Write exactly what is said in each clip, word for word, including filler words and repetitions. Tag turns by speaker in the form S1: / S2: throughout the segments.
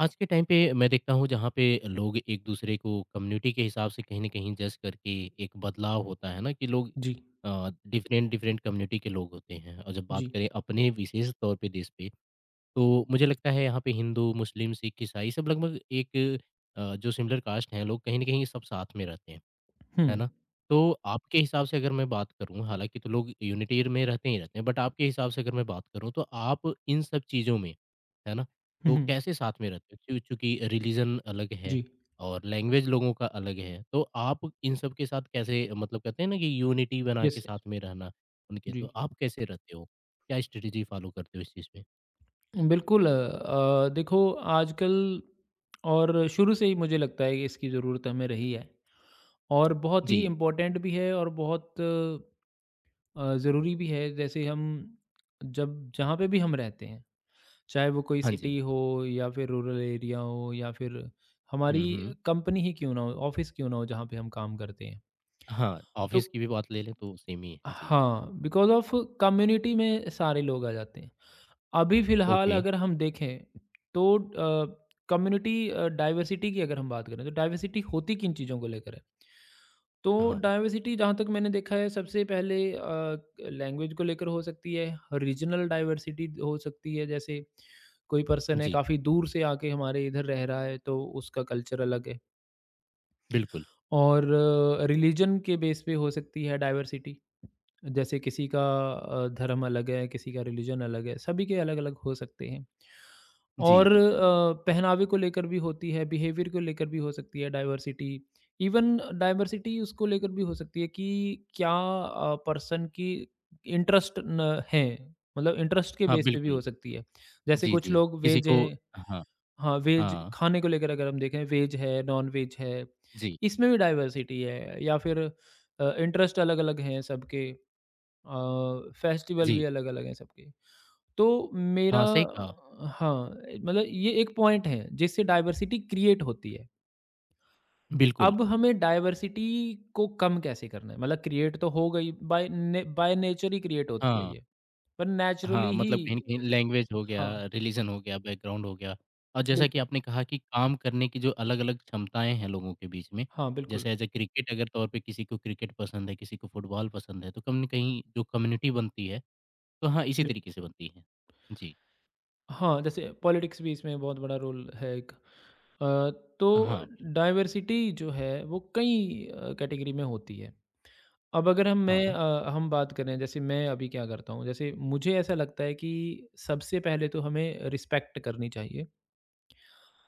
S1: आज के टाइम पे मैं देखता हूँ जहाँ पे लोग एक दूसरे को कम्युनिटी के हिसाब से कहीं न कहीं जज करके एक बदलाव होता है ना कि लोग
S2: जी,
S1: अ, डिफरेंट डिफरेंट कम्युनिटी के लोग होते हैं और जब बात
S2: जी।
S1: करें अपने विशेष तौर पे देश पे, तो मुझे लगता है यहाँ पे हिंदू, मुस्लिम, सिख, ईसाई सब लगभग एक अ, जो सिमिलर कास्ट हैं लोग कहीं न कहीं सब साथ में रहते हैं।
S2: हुँ,
S1: है ना? तो आपके हिसाब से अगर मैं बात करूँ, हालाँकि तो लोग यूनिटी में रहते ही रहते हैं, बट आपके हिसाब से अगर मैं बात करूँ, तो आप इन सब चीज़ों में, है ना,
S2: हुँ,
S1: तो
S2: हुँ।
S1: कैसे साथ में रहते हो? चूँ चूँकि रिलीजन अलग है
S2: जी,
S1: और लैंग्वेज लोगों का अलग है, तो आप इन सब के साथ कैसे मतलब कहते हैं ना कि यूनिटी बना के
S2: यस,
S1: साथ
S2: यस,
S1: में रहना उनके, तो
S2: जी।
S1: आप कैसे रहते हो? क्या स्ट्रैटेजी फ़ॉलो करते हो इस चीज़ में?
S2: बिल्कुल अ अ, देखो आजकल और शुरू से ही मुझे लगता है कि इसकी ज़रूरत हमें रही है और बहुत ही
S1: जी।
S2: इम्पोर्टेंट भी है और बहुत अ, ज़रूरी भी है। जैसे हम जब जहाँ पे भी हम रहते हैं, चाहे वो कोई
S1: हाँ जी।
S2: सिटी हो या फिर रूरल एरिया हो या फिर
S1: हुँ,
S2: हमारी
S1: हुँ।
S2: कंपनी ही क्यों ना हो, ऑफ़िस क्यों ना हो जहाँ पे हम काम करते हैं।
S1: हाँ,
S2: तो
S1: ऑफ़िस की भी बात ले लें तो सेम ही है। जी।
S2: हाँ, बिकॉज़ ऑफ़ कम्युनिटी में सारे लोग आ जाते हैं। अभी फ़िलहाल
S1: ओके।
S2: अगर हम देखें तो अ, कम्युनिटी अ, डाइवर्सिटी की अगर हम बात करें तो डाइवर्सिटी होती किन चीज़ों को लेकर है? तो
S1: हाँ।
S2: डाइवर्सिटी जहाँ तक मैंने देखा है सबसे पहले अ, लैंग्वेज को लेकर हो सकती है, रीजनल डाइवर्सिटी हो सकती है जैसे कोई पर्सन है
S1: जी,
S2: काफ़ी दूर से आके हमारे इधर रह रहा है तो उसका कल्चर अलग है।
S1: बिल्कुल।
S2: और रिलीजन के बेस पे हो सकती है डाइवर्सिटी, जैसे किसी का अ, धर्म अलग है, किसी का रिलीजन अलग है, सभी के अलग-अलग हो सकते हैं।
S1: जी,
S2: और
S1: जी।
S2: अ, पहनावे को लेकर भी होती है, बिहेवियर को लेकर भी हो सकती है डाइवर्सिटी। इवन डाइवर्सिटी उसको लेकर भी हो सकती है कि क्या अ, पर्सन की इंटरेस्ट न हैं, मतलब इंटरेस्ट के
S1: हाँ,
S2: बेस पे भी
S1: बिल्कुल।
S2: हो सकती है। जैसे
S1: जी,
S2: कुछ
S1: जी।
S2: लोग
S1: किसी
S2: वेज
S1: को
S2: हैं।
S1: हाँ,
S2: हाँ, वेज
S1: हाँ।
S2: खाने को लेकर अगर हम देखें वेज है, नॉन-वेज है,
S1: जी,
S2: इसमें भी डाइवर्सिटी है या फिर अ, इंटरेस्ट अलग-अलग हैं सबके। अ, फेस्टिवल
S1: जी।
S2: भी अलग-अलग हैं सबके। तो मेरा
S1: हाँ, सही कहा।
S2: हाँ, मतलब ये एक पॉइंट है जिससे डाइवर्सिटी क्रिएट होती है।
S1: बिल्कुल।
S2: अब हमें डाइवर्सिटी को कम कैसे करना है? मतलब क्रिएट तो हो गई बाय ने बाय नेचर ही क्रिएट होती है
S1: हाँ,
S2: ये। पर
S1: हाँ,
S2: नेचुरली ही।
S1: मतलब कहीं न कहीं लैंग्वेज हो गया,
S2: हाँ,
S1: रिलीजन हो गया, बैकग्राउंड हो गया और जैसा कि
S2: बिल्कुल।
S1: आपने कहा कि काम करने की जो अलग-अलग क्षमताएँ हैं लोगों के बीच में,
S2: हाँ,
S1: जैसे
S2: बिल्कुल।
S1: एज़ अ क्रिकेट अगर तौर पे किसी को क्रिकेट पसंद है, किसी को फुटबॉल पसंद है, तो कहीं न कहीं जो कम्युनिटी बनती है, तो हाँ, इसी
S2: बिल
S1: तरीके से बनती है। जी।
S2: हाँ, जैसे पॉलिटिक्स भी इसमें बहुत बड़ा रोल है एक। अ, तो
S1: हाँ, बिल्कुल।
S2: डाइवर्सिटी जो है वो कई अ, कैटेगरी में होती है। अब अगर हम मैं
S1: हाँ,
S2: अ, हम बात करें जैसे मैं अभी क्या करता हूँ, जैसे मुझे ऐसा लगता है कि सबसे पहले तो हमें रिस्पेक्ट करनी चाहिए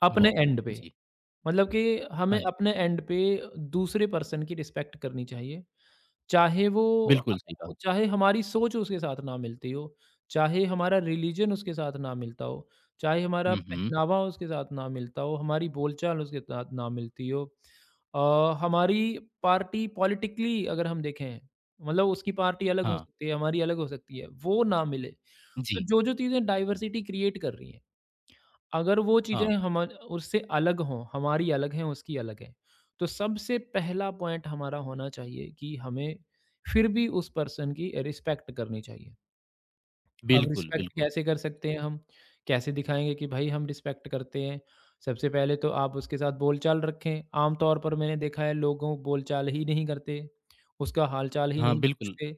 S2: अपने
S1: वाओ!
S2: एंड पे।
S1: जी।
S2: मतलब कि हमें
S1: हाँ जी,
S2: अपने एंड पे दूसरे पर्सन की रिस्पेक्ट करनी चाहिए, चाहे वो अ,
S1: बिल्कुल सही कहा।
S2: चाहे हमारी सोच उसके साथ ना मिलती हो, चाहे हमारा रिलीजन उसके साथ ना मिलता हो, चाहे हमारा
S1: हुँ, हुँ।
S2: पहनावा उसके साथ ना मिलता हो, हमारी बोलचाल उसके साथ ना मिलती हो। अ, हमारी पार्टी पॉलिटिकली अगर हम देखें, मतलब उसकी पार्टी अलग हो
S1: हाँ,
S2: सकती है, हमारी अलग हो सकती है, वो ना मिले। तो
S1: जी।
S2: जो-जो चीज़ें डाइवर्सिटी क्रिएट कर रही हैं, अगर वो
S1: हाँ,
S2: चीज़ें हम उससे अलग हों, हमारी अलग हैं, उसकी अलग है, तो सबसे पहला पॉइंट हमारा होना चाहिए कि हमें फिर भी उस पर्सन की रिस्पेक्ट करनी चाहिए। अब
S1: बिल्कुल,
S2: रिस्पेक्ट
S1: बिल्कुल।
S2: कैसे कर सकते
S1: जी।
S2: हैं हम? कैसे दिखाएँगे कि भाई हम रिस्पेक्ट करते हैं? सबसे पहले तो आप उसके साथ बोलचाल रखें, आमतौर पर मैंने देखा है लोगों बोलचाल ही नहीं करते, उसका हालचाल ही
S1: हाँ,
S2: नहीं
S1: बिल्कुल।
S2: पूछते,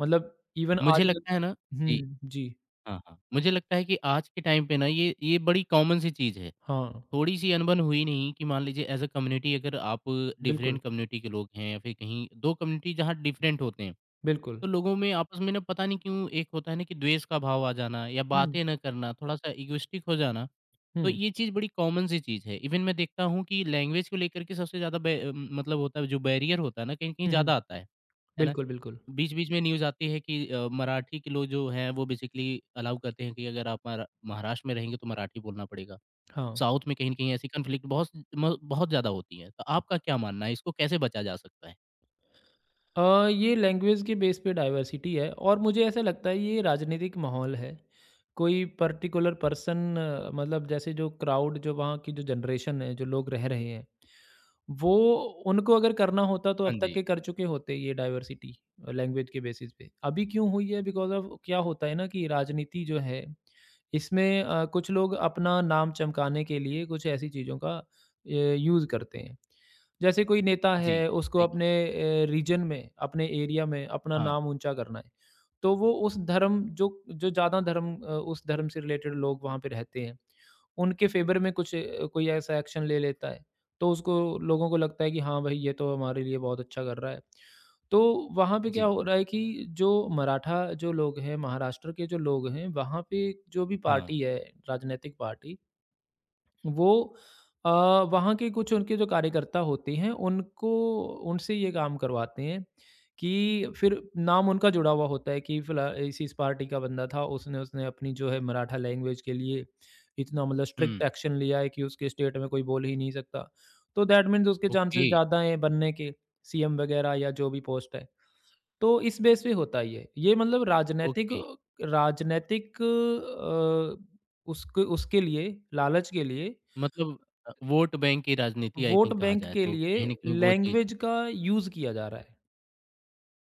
S2: मतलब इवन
S1: मुझे
S2: आजकल।
S1: लगता है ना जी,
S2: हुँ, जी,
S1: हाँ, हाँ। मुझे लगता है कि आज के टाइम पे ना ये ये बड़ी कॉमन सी चीज़ है।
S2: हाँ,
S1: थोड़ी-सी अनबन हुई नहीं कि मान लीजिए एज़ अ कम्युनिटी अगर आप
S2: बिल्कुल,
S1: डिफरेंट कम्युनिटी के लोग हैं या फिर कहीं दो कम्युनिटी जहाँ डिफरेंट होते हैं,
S2: बिल्कुल।
S1: तो लोगों में आपस में ना पता नहीं क्यों एक होता है ना कि द्वेष का भाव आ जाना या
S2: हुँ,
S1: बातें ना करना, थोड़ा-सा इगोइस्टिक हो जाना, तो
S2: हुँ,
S1: ये चीज़ बड़ी कॉमन सी चीज़ है। इवन मैं देखता हूँ कि लैंग्वेज को लेकर के सबसे ज़्यादा बै अ, मतलब होता है जो बैरियर होता है ना, कहीं-कहीं
S2: हुँ, हुँ।
S1: ज़्यादा आता है। है ना?
S2: बिल्कुल, बिल्कुल।
S1: बीच-बीच में न्यूज़ आती है कि अ, मराठी के लोग जो हैं वो बेसिकली अलाउ करते हैं कि अगर आप मरा महाराष्ट्र में रहेंगे तो मराठी बोलना पड़ेगा।
S2: हाँ।
S1: साउथ में कहीं न कहीं ऐसी कॉन्फ्लिक्ट बहुत म बहुत ज़्यादा होती है। तो आपका क्या मानना है, इसको कैसे बचा जा सकता है?
S2: अ, ये लैंग्वेज के बेस पे डाइवर्सिटी है और मुझे ऐसा लगता है ये राजनीतिक माहौल है। कोई पर्टिकुलर पर्सन, मतलब जैसे जो क्राउड, जो वहाँ की जो जनरेशन है, जो लोग रह रहे हैं, वो, उनको अगर करना होता तो
S1: हाँ
S2: अब तक
S1: जी।
S2: के कर चुके होते ये डाइवर्सिटी लैंग्वेज के बेसिस पे। अभी क्यों हुई है? बिकॉज़ ऑफ़ क्या होता है ना कि राजनीति जो है इसमें अ, कुछ लोग अपना नाम चमकाने के लिए कुछ ऐसी चीज़ों का अ, यूज़ करते हैं। जैसे कोई नेता
S1: जी,
S2: है, उसको
S1: सही कहा।
S2: अपने अ, रीजन में, अपने एरिया में अपना
S1: हाँ,
S2: नाम ऊँचा करना है। तो वो उस धर्म जो जो ज़्यादा धर्म अ, उस धर्म से रिलेटेड लोग वहाँ पे रहते हैं, उनके फ़ेवर में कुछ अ, कोई ऐसा एक्शन ले लेता है। तो उसको लोगों को लगता है कि हाँ भाई, ये तो हमारे लिए बहुत अच्छा कर रहा है। तो वहाँ पे क्या
S1: जी,
S2: हो रहा है कि जो मराठा, जो लोग हैं, महाराष्ट्र के जो लोग हैं, वहाँ पे जो भी
S1: हाँ।
S2: पार्टी है, राजनैतिक पार्टी, वो अ, वहाँ के कुछ उनके जो कार्यकर्ता होते हैं, उनको उनसे ये काम करवाते हैं कि फिर नाम उनका जुड़ा हुआ होता है कि फिला इस इस पार्टी का बंदा था, उसने उसने अपनी जो है मराठा लैंग्वेज के लिए इतना मतलब स्ट्रिक्ट
S1: हुँ,
S2: एक्शन लिया है कि उसके स्टेट में कोई बोल ही नहीं सकता। तो दैट मीन्स उसके
S1: ओके,
S2: चांसेस ज़्यादा हैं बनने के, सीएम वगैरह या जो भी पोस्ट है। तो इस बेस पे होता ही है। ये मतलब राजनैतिक,
S1: ओके।
S2: राजनैतिक अ, उसके उसके लिए, लालच के लिए,
S1: मतलब अ, वोट बैंक की राजनीति आई
S2: वोट
S1: थिंक कहा
S2: बैंक
S1: जाए
S2: के
S1: तो
S2: लिए
S1: कहीं न कहीं वो चीज़
S2: लैंग्वेज का यूज़ किया जा रहा है।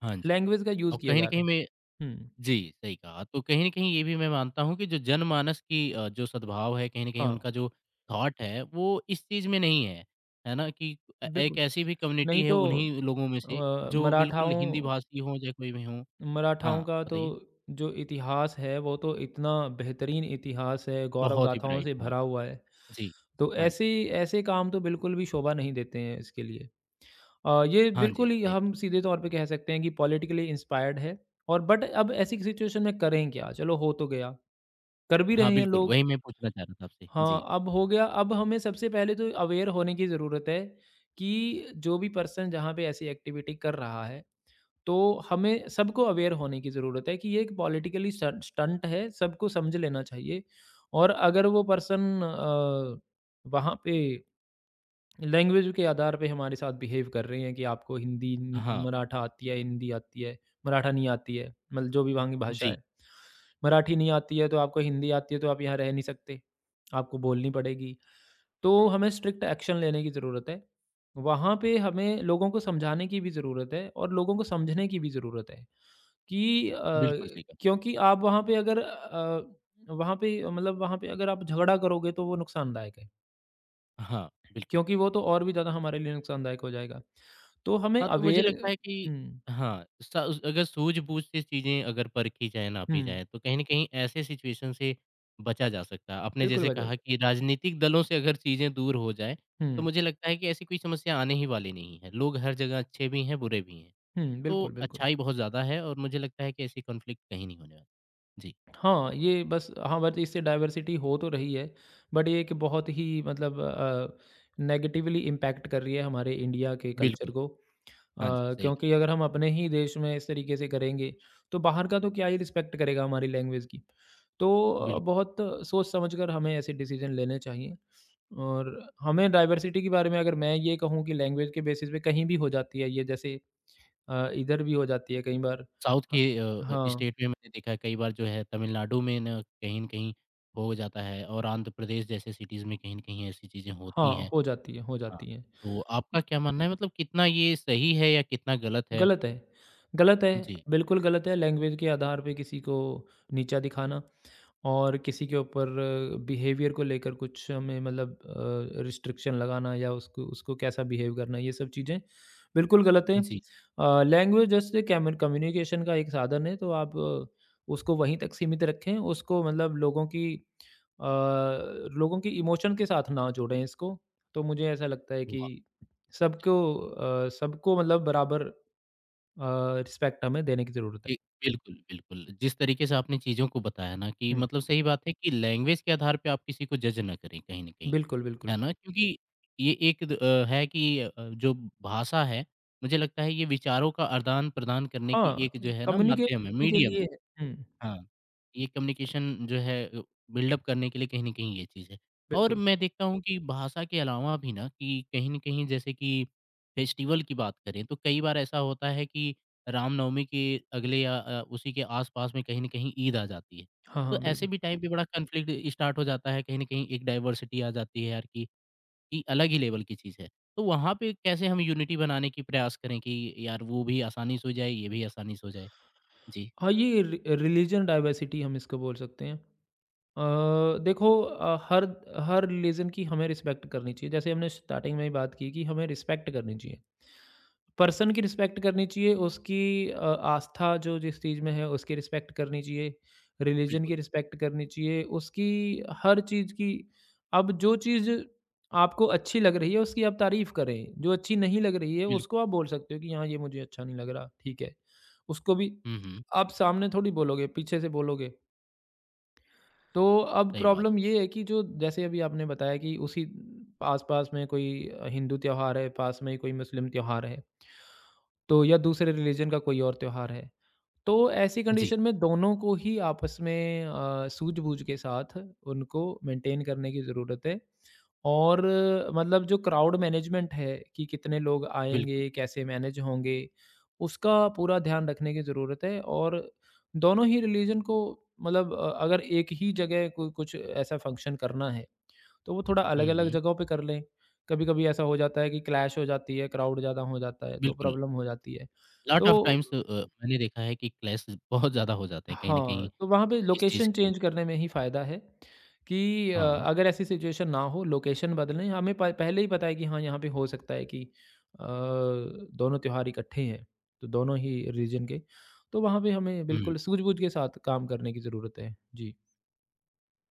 S1: हाँ जी।
S2: लैंग्वेज का
S1: और
S2: यूज़ किया
S1: कहीं न
S2: जा रहा
S1: कहीं
S2: है।
S1: मैं
S2: हुँ,
S1: जी, सही कहा। तो कहीं न कहीं ये भी मैं मानता हूँ कि जो जनमानस की अ, जो सद्भाव है, कहीं न कहीं
S2: हाँ,
S1: उनका जो थॉट है, वो इस चीज़ में नहीं है। है ना? कि अ, एक
S2: बिल्कुल।
S1: ऐसी भी कम्युनिटी
S2: नहीं
S1: है
S2: तो
S1: उन्हीं लोगों में
S2: अ,
S1: से जो बिल्कुल
S2: मराठाओं
S1: हिंदी भाषी हों या कोई भी हों
S2: मराठाओं
S1: हाँ,
S2: का तो
S1: बताइए?
S2: जो इतिहास है, वो तो इतना बेहतरीन इतिहास है, गौरव
S1: बहुत ही
S2: गाथाओं
S1: ब्राइट
S2: से
S1: हाँ।
S2: भरा हुआ है।
S1: जी।
S2: तो
S1: हाँ
S2: ऐसे
S1: जी।
S2: ऐसे काम तो बिल्कुल भी शोभा नहीं देते हैं इसके लिए। अ, ये
S1: हाँ जी,
S2: बिल्कुल ही
S1: सही
S2: हम
S1: कहा।
S2: सीधे तौर पे कह सकते हैं कि पॉलिटिकली इंस्पायर्ड है। और बट अब ऐसी सिचुएशन में करें क्या? चलो, हो तो गया, कर भी
S1: हाँ,
S2: रहे हैं
S1: बिल्कुल
S2: लोग।
S1: वही मैं पूछना चाह रहा था आपसे। जी।
S2: हाँ, अब हो गया। अब हमें सबसे पहले तो अवेयर होने की ज़रूरत है कि जो भी पर्सन जहाँ पे ऐसी एक्टिविटी कर रहा है, तो हमें सबको अवेयर होने की ज़रूरत है कि ये एक पॉलिटिकली स्टंट स्टंट है, सबको समझ लेना चाहिए। और अगर वो पर्सन अ, वहाँ पे लैंग्वेज के आधार पे हमारे साथ बिहेव कर रहे हैं कि आपको हिंदी नि
S1: हाँ।
S2: मराठा आती है, हिंदी आती है, मराठा नहीं आती है, मतलब जो भी वहाँ की भाषा
S1: जी,
S2: है। मराठी नहीं आती है, तो आपको हिंदी आती है, तो आप यहाँ रह नहीं सकते, आपको बोलनी पड़ेगी। तो हमें स्ट्रिक्ट एक्शन लेने की ज़रूरत है। वहाँ पे हमें लोगों को समझाने की भी ज़रूरत है और लोगों को समझने की भी ज़रूरत है कि अ,
S1: बिल्कुल सही कहा।
S2: क्योंकि आप वहाँ पे अगर अ, वहाँ पे मतलब वहाँ पे अगर आप झगड़ा करोगे तो वो नुकसानदायक है,
S1: हाँ, बिल्कुल।
S2: क्योंकि वो तो और भी ज़्यादा हमारे लिए नुकसानदायक हो जाएगा। तो हमें
S1: हाँ, तो मुझे
S2: अवेयर
S1: लगता है कि
S2: हुँ,
S1: हाँ, स अगर सूझ-बूझ से चीज़ें अगर परखी जाएँ, नापी
S2: हुँ,
S1: जाएँ, तो कहीं न कहीं ऐसे सिचुएशन से बचा जा सकता है। आपने
S2: बिल्कुल
S1: जैसे
S2: वजह
S1: कहा
S2: से।
S1: कि राजनीतिक दलों से अगर चीज़ें दूर हो जाएँ, तो
S2: हुँ,
S1: मुझे लगता है कि ऐसी कोई समस्या आने ही वाली नहीं है। लोग हर जगह अच्छे भी हैं, बुरे भी हैं,
S2: हुँ,
S1: तो
S2: बिल्कुल, बिल्कुल।
S1: अच्छाई बहुत ज़्यादा है और मुझे लगता है कि ऐसी कॉन्फ्लिक्ट कहीं नहीं होने वाली। जी,
S2: हाँ, ये बस, हाँ, बट इससे डाइवर्सिटी हो तो रही है, बट ये कि बहुत ही मतलब अ, नेगेटिवली इम्पैक्ट कर रही है हमारे इंडिया के कल्चर
S1: बिल्कुल।
S2: को।
S1: हाँ जी,
S2: अ,
S1: सही कहा।
S2: क्योंकि अगर हम अपने ही देश में इस तरीके से करेंगे, तो बाहर का तो क्या ही रिस्पेक्ट करेगा हमारी लैंग्वेज की। तो अ,
S1: बिल्कुल।
S2: बहुत सोच समझ कर हमें ऐसे डिसीज़न लेने चाहिए, और हमें डाइवर्सिटी के बारे में अगर मैं ये कहूँ कि लैंग्वेज के बेसिस पे कहीं भी हो जाती है ये, जैसे अ, इधर भी हो जाती है कई बार।
S1: साउथ
S2: ह
S1: के अ,
S2: हाँ,
S1: स्टेट में मैंने देखा है कई बार जो है तमिलनाडु में ना कहीं न कहीं हो जाता है और आंध्र प्रदेश जैसे सिटीज़ में कहीं न कहीं ऐसी चीज़ें होती हैं।
S2: हाँ, हो जाती है, हो
S1: हाँ।
S2: जाती है।
S1: तो आपका क्या मानना है मतलब कितना ये सही है या कितना गलत है?
S2: गलत है, गलत है,
S1: जी,
S2: बिल्कुल गलत है लैंग्वेज के आधार पे किसी को नीचा दिखाना और किसी के ऊपर बिहेवियर को लेकर कुछ हमें मतलब अ, रिस्ट्रिक्शन लगाना या उसको उसको कैसा बिहेव करना, ये सब चीज़ें बिल्कुल गलत है।
S1: जी।
S2: अ, लैंग्वेज जैसे कैमन कम्युनिकेशन का एक साधन है, तो आप अ, उसको वहीं तक सीमित रखें, उसको मतलब लोगों की अ, लोगों की इमोशन के साथ ना जोड़ें इसको, तो मुझे ऐसा लगता है कि सबको अ, सबको मतलब बराबर अ, रिस्पेक्ट हमें देने की ज़रूरत है।
S1: जी, बिल्कुल, बिल्कुल। जिस तरीके से आपने चीज़ों को बताया ना कि
S2: हुँ,
S1: मतलब सही बात है कि लैंग्वेज के आधार पे आप किसी को जज ना करें कहीं न कहीं,
S2: बिल्कुल, बिल्कुल।
S1: है ना? क्योंकि ये एक द अ, है कि अ, जो भाषा है, मुझे लगता है ये विचारों का आदान-प्रदान करने की
S2: हाँ,
S1: एक जो है ना
S2: कम्युनिकेट
S1: माध्यम है,
S2: करने के
S1: मीडियम है।
S2: लिए। हुँ,
S1: हाँ, ये कम्युनिकेशन जो है अ, बिल्डअप करने के लिए कहीं न कहीं ये चीज़ है। और
S2: बिल्कुल।
S1: मैं देखता हूँ कि भाषा के अलावा भी ना कि कहीं न कहीं जैसे कि फेस्टिवल की बात करें तो कई बार ऐसा होता है कि रामनवमी के अगले या अ, उसी के आस-पास में कहीं न कहीं ईद आ जाती है।
S2: हाँ,
S1: तो
S2: हाँ,
S1: ऐसे
S2: बिल्कुल।
S1: भी टाइम पे बड़ा कॉन्फ्लिक्ट स्टार्ट हो जाता है, कहीं न कहीं एक डाइवर्सिटी आ जाती है यार कि कि अलग ही लेवल की चीज़ है। तो वहाँ पे कैसे हम यूनिटी बनाने की प्रयास करें कि यार वो भी आसानी से हो जाए, ये भी आसानी से हो जाए? जी,
S2: हाँ, ये रि रिलीजन डाइवर्सिटी हम इसको बोल सकते हैं। अ, देखो, अ, हर हर रिलीजन की हमें रिस्पेक्ट करनी चाहिए। जैसे हमने स्टार्टिंग में ही बात की कि हमें रिस्पेक्ट करनी चाहिए, पर्सन की रिस्पेक्ट करनी चाहिए, उसकी अ, आस्था जो जिस चीज़ में है उसकी रिस्पेक्ट करनी चाहिए, रिलीजन
S1: बिल्कुल,
S2: की रिस्पेक्ट करनी चाहिए, उसकी हर चीज़ की। अब जो चीज़ आपको अच्छी लग रही है उसकी आप तारीफ करें, जो अच्छी नहीं लग रही है
S1: बिल्कुल।
S2: उसको आप बोल सकते हो कि हाँ, ये मुझे अच्छा नहीं लग रहा, ठीक है? उसको भी
S1: हुँ, हुँ।
S2: आप सामने थोड़ी बोलोगे, पीछे से बोलोगे। तो अब
S1: सही बात।
S2: प्रॉब्लम ये है कि जो जैसे अभी आपने बताया कि उसी आस-पास में कोई अ, हिंदू त्योहार है, पास में ही कोई मुस्लिम त्योहार है, तो या दूसरे रिलीजन का कोई और त्योहार है। तो ऐसी
S1: जी,
S2: कंडीशन में दोनों को ही आपस में अ, सूझ-बूझ के साथ उनको मेंटेन करने की ज़रूरत है। और अ, मतलब जो क्राउड मैनेजमेंट है कि कितने लोग
S1: बिल्कुल।
S2: आएँगे, कैसे मैनेज होंगे, उसका पूरा ध्यान रखने की ज़रूरत है और दोनों ही रिलीजन को मतलब अ, अगर एक ही जगह को कुछ ऐसा फ़ंक्शन करना है, तो वो थोड़ा
S1: हुँ,
S2: अलग-अलग
S1: हुँ।
S2: जगहों पे कर लें। कभी-कभी ऐसा हो जाता है कि क्लैश हो जाती है, क्राउड ज़्यादा हो जाता है, तो
S1: बिल्कुल,
S2: प्रॉब्लम हो जाती है।
S1: लॉट
S2: तो
S1: ऑफ़ टाइम्स अ, मैंने देखा है कि क्लैश बहुत ज़्यादा हो जाते हैं कहीं न कहीं
S2: हाँ, तो वहाँ पे
S1: इस चीज़
S2: लोकेशन
S1: को
S2: चेंज
S1: लेकर।
S2: करने में ही फ़ायदा है कि अ,
S1: हाँ,
S2: अगर ऐसी सिचुएशन ना हो, लोकेशन बदलें। हमें प पहले ही पता है कि हाँ, यहाँ पे हो सकता है कि अ, दोनों त्योहार इकट्ठे हैं, तो दोनों ही रीजन के। तो वहाँ पे हमें
S1: हुँ,
S2: बिल्कुल सूझबूझ के साथ काम करने की ज़रूरत है। जी।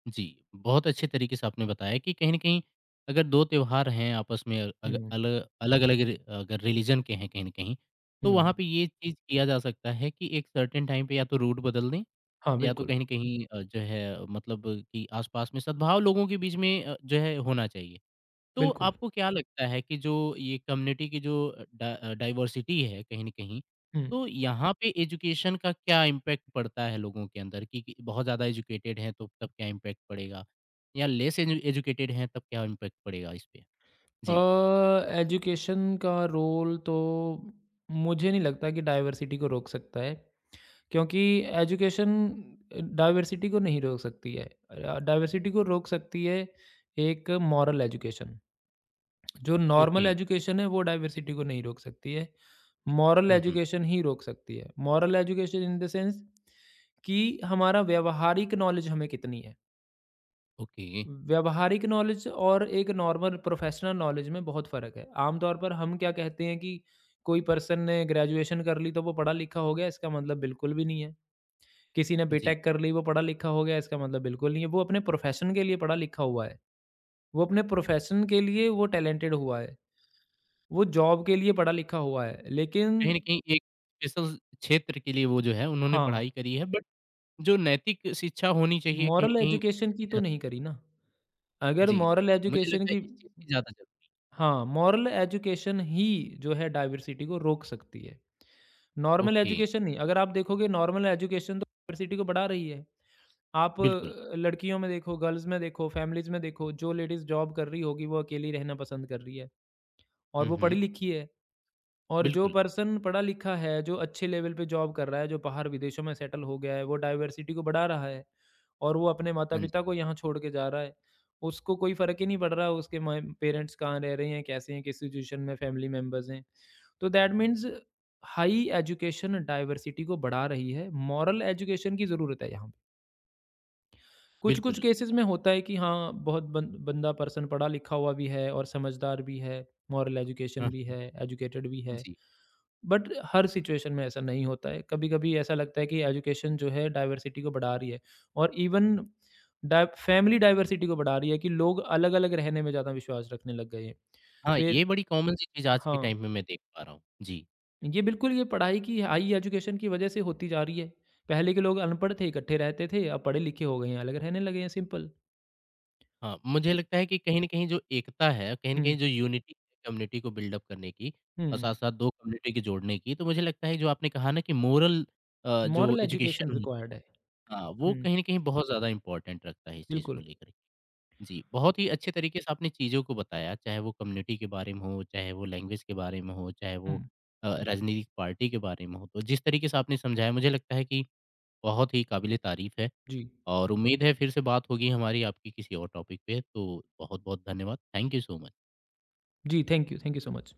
S1: जी, बहुत अच्छे तरीके से आपने बताया कि कहीं न कहीं अगर दो त्योहार हैं आपस में अग
S2: हुँ,
S1: अल अलग-अलग रि अगर रिलीजन के हैं कहीं न कहीं,
S2: हुँ।
S1: तो वहाँ पे ये चीज़ किया जा सकता है कि एक सर्टेन टाइम पे या तो रूट बदल दें
S2: हाँ,
S1: या तो
S2: बिल्कुल,
S1: कहीं न कहीं अ, जो है मतलब कि आस-पास में सद्भाव लोगों के बीच में अ, जो है होना चाहिए। तो
S2: बिल्कुल।
S1: आपको क्या लगता है कि जो ये कम्युनिटी की जो डा डाइवर्सिटी है कहीं न कहीं,
S2: हुँ।
S1: तो यहाँ पे एजुकेशन का क्या इम्पैक्ट पड़ता है लोगों के अंदर कि कि बहुत ज़्यादा एजुकेटेड हैं तो तब क्या इम्पैक्ट पड़ेगा? या लेस एजु एजुकेटेड हैं तब क्या इम्पैक्ट पड़ेगा इसपे?
S2: अ,
S1: जी।
S2: एजुकेशन का रोल तो मुझे नहीं लगता कि डाइवर्सिटी को रोक सकता है। क्योंकि एजुकेशन डाइवर्सिटी को नहीं रोक सकती है। अ, डाइवर्सिटी को रोक सकती है एक मॉरल एजुकेशन। जो
S1: ओके।
S2: नॉर्मल एजुकेशन है वो डाइवर्सिटी को नहीं रोक सकती है। मॉरल
S1: हुँ, हुँ।
S2: एजुकेशन ही रोक सकती है। Moral education in the sense कि हमारा व्यावहारिक नॉलेज हमें कितनी है।
S1: ओके।
S2: व्यावहारिक नॉलेज और एक नॉर्मल प्रोफेशनल नॉलेज में बहुत फ़र्क है। आम तौर पर हम क्या कहते हैं कि कोई पर्सन ने ग्रेजुएशन कर ली तो वो पढ़ा लिखा हो गया, इसका मतलब बिल्कुल भी नहीं है। किसी ने
S1: जी,
S2: बीटेक कर ली वो पढ़ा लिखा हो गया इसका मतलब बिल्कुल नहीं है। वो अपने प्रोफेशन के लिए पढ़ा लिखा हुआ है, वो अपने प्रोफेशन
S1: जी।
S2: के लिए वो टैलेंटेड हुआ है, वो जॉब के लिए पढ़ा लिखा हुआ है, लेकिन
S1: कहीं न कहीं एक स्पेशल क्षेत्र के लिए वो जो है उन्होंने
S2: हाँ,
S1: पढ़ाई करी है बट जो नैतिक शिक्षा होनी चाहिए कहीं न
S2: मॉरल
S1: कहीं
S2: एजुकेशन
S1: उसकी
S2: की तो
S1: ज़्यादा
S2: नहीं करी ना। अगर
S1: जी, जी।
S2: मॉरल
S1: मुझे
S2: एजुकेशन
S1: लगता है
S2: की,
S1: इस चीज़ की ज़्यादा ज़रूरी है।
S2: हाँ, मॉरल एजुकेशन ही जो है डाइवर्सिटी को रोक सकती है, नॉर्मल
S1: ओके,
S2: एजुकेशन नहीं। अगर आप देखोगे नॉर्मल एजुकेशन तो डाइवर्सिटी को बढ़ा रही है। आप
S1: बिल्कुल।
S2: अ, लड़कियों में देखो, गर्ल्स में देखो, फैमिलीज में देखो, जो लेडीज जॉब कर रही होगी वो अकेली रहना पसंद कर रही है, और
S1: हुँ,
S2: वो पढ़ी
S1: हुँ।
S2: लिखी है। और जो
S1: बिल्कुल।
S2: पर्सन पढ़ा लिखा है, जो अच्छे लेवल पे जॉब कर रहा है, जो बाहर विदेशों में सेटल हो गया है, वो डाइवर्सिटी को बढ़ा रहा है, और वो अपने
S1: हाँ जी,
S2: माता-पिता को यहाँ छोड़ के जा रहा है। उसको कोई फ़र्क ही नहीं पड़ रहा उसके माँ पेरेंट्स कहाँ रह रहे हैं, कैसे हैं, किस सिचुएशन में फैमिली मेंबर्स हैं। तो that means high education diversity को बढ़ा रही है, मॉरल एजुकेशन की ज़रूरत है यहाँ पे। कुछ-कुछ
S1: बिल्कुल।
S2: केसेस में होता है कि हाँ, बहुत बन बंदा पर्सन पढ़ा लिखा हुआ भी है और समझदार भी है, मॉरल
S1: हाँ,
S2: एजुकेशन भी
S1: हाँ।
S2: है, एजुकेटेड भी है।
S1: जी।
S2: बट हर सिचुएशन में ऐसा नहीं होता है। कभी-कभी ऐसा लगता है कि एजुकेशन जो है डाइवर्सिटी को बढ़ा रही है, और इवन डाइ फैमिली डाइवर्सिटी को बढ़ा रही है कि लोग अलग-अलग रहने में ज़्यादा विश्वास रखने लग गए हैं।
S1: हाँ, ये
S2: फिर
S1: बड़ी कॉमन सी चीज़ आज के
S2: हाँ,
S1: टाइम में मैं देख पा रहा हूँ। जी।
S2: ये बिल्कुल ये पढ़ाई की, हाई एजुकेशन की वजह से होती जा रही है। पहले के लोग अनपढ़ थे, इकट्ठे रहते थे, अब पढ़े-लिखे हो गए हैं, अलग रहने लगे हैं, सिंपल।
S1: हाँ, मुझे
S2: तो
S1: लगता है कि कहीं न कहीं जो एकता है, कहीं न
S2: हुँ,
S1: कहीं जो यूनिटी कम्युनिटी को बिल्डअप करने की और
S2: हुँ।
S1: साथ-साथ दो कम्युनिटी के जोड़ने की, तो मुझे लगता है जो आपने कहा ना कि मोरल अ, जो
S2: मॉरल एजुकेशन
S1: एजुकेशन
S2: रिक्वायर्ड है।
S1: हाँ, वो
S2: हुँ,
S1: कहीं न कहीं बहुत ज़्यादा इम्पोर्टेंट रखता है इस चीज़ को
S2: बिल्कुल।
S1: लेकर के। जी,
S2: तो
S1: बहुत ही अच्छे तरीके से आपने चीज़ों को बताया, चाहे वो कम्युनिटी के बारे में हो, चाहे वो लैंग्वेज के बारे में हो, चाहे वो
S2: हुँ,
S1: अ, राजनीतिक पार्टी के बारे में हो। तो जिस तरीके से आपने समझाया, मुझे लगता है कि बहुत ही काबिले तारीफ़ है
S2: जी।
S1: और उम्मीद है फिर से बात होगी हमारी आपकी किसी और टॉपिक पे। तो बहुत-बहुत धन्यवाद। Thank you so much.
S2: जी, thank you, thank you so much.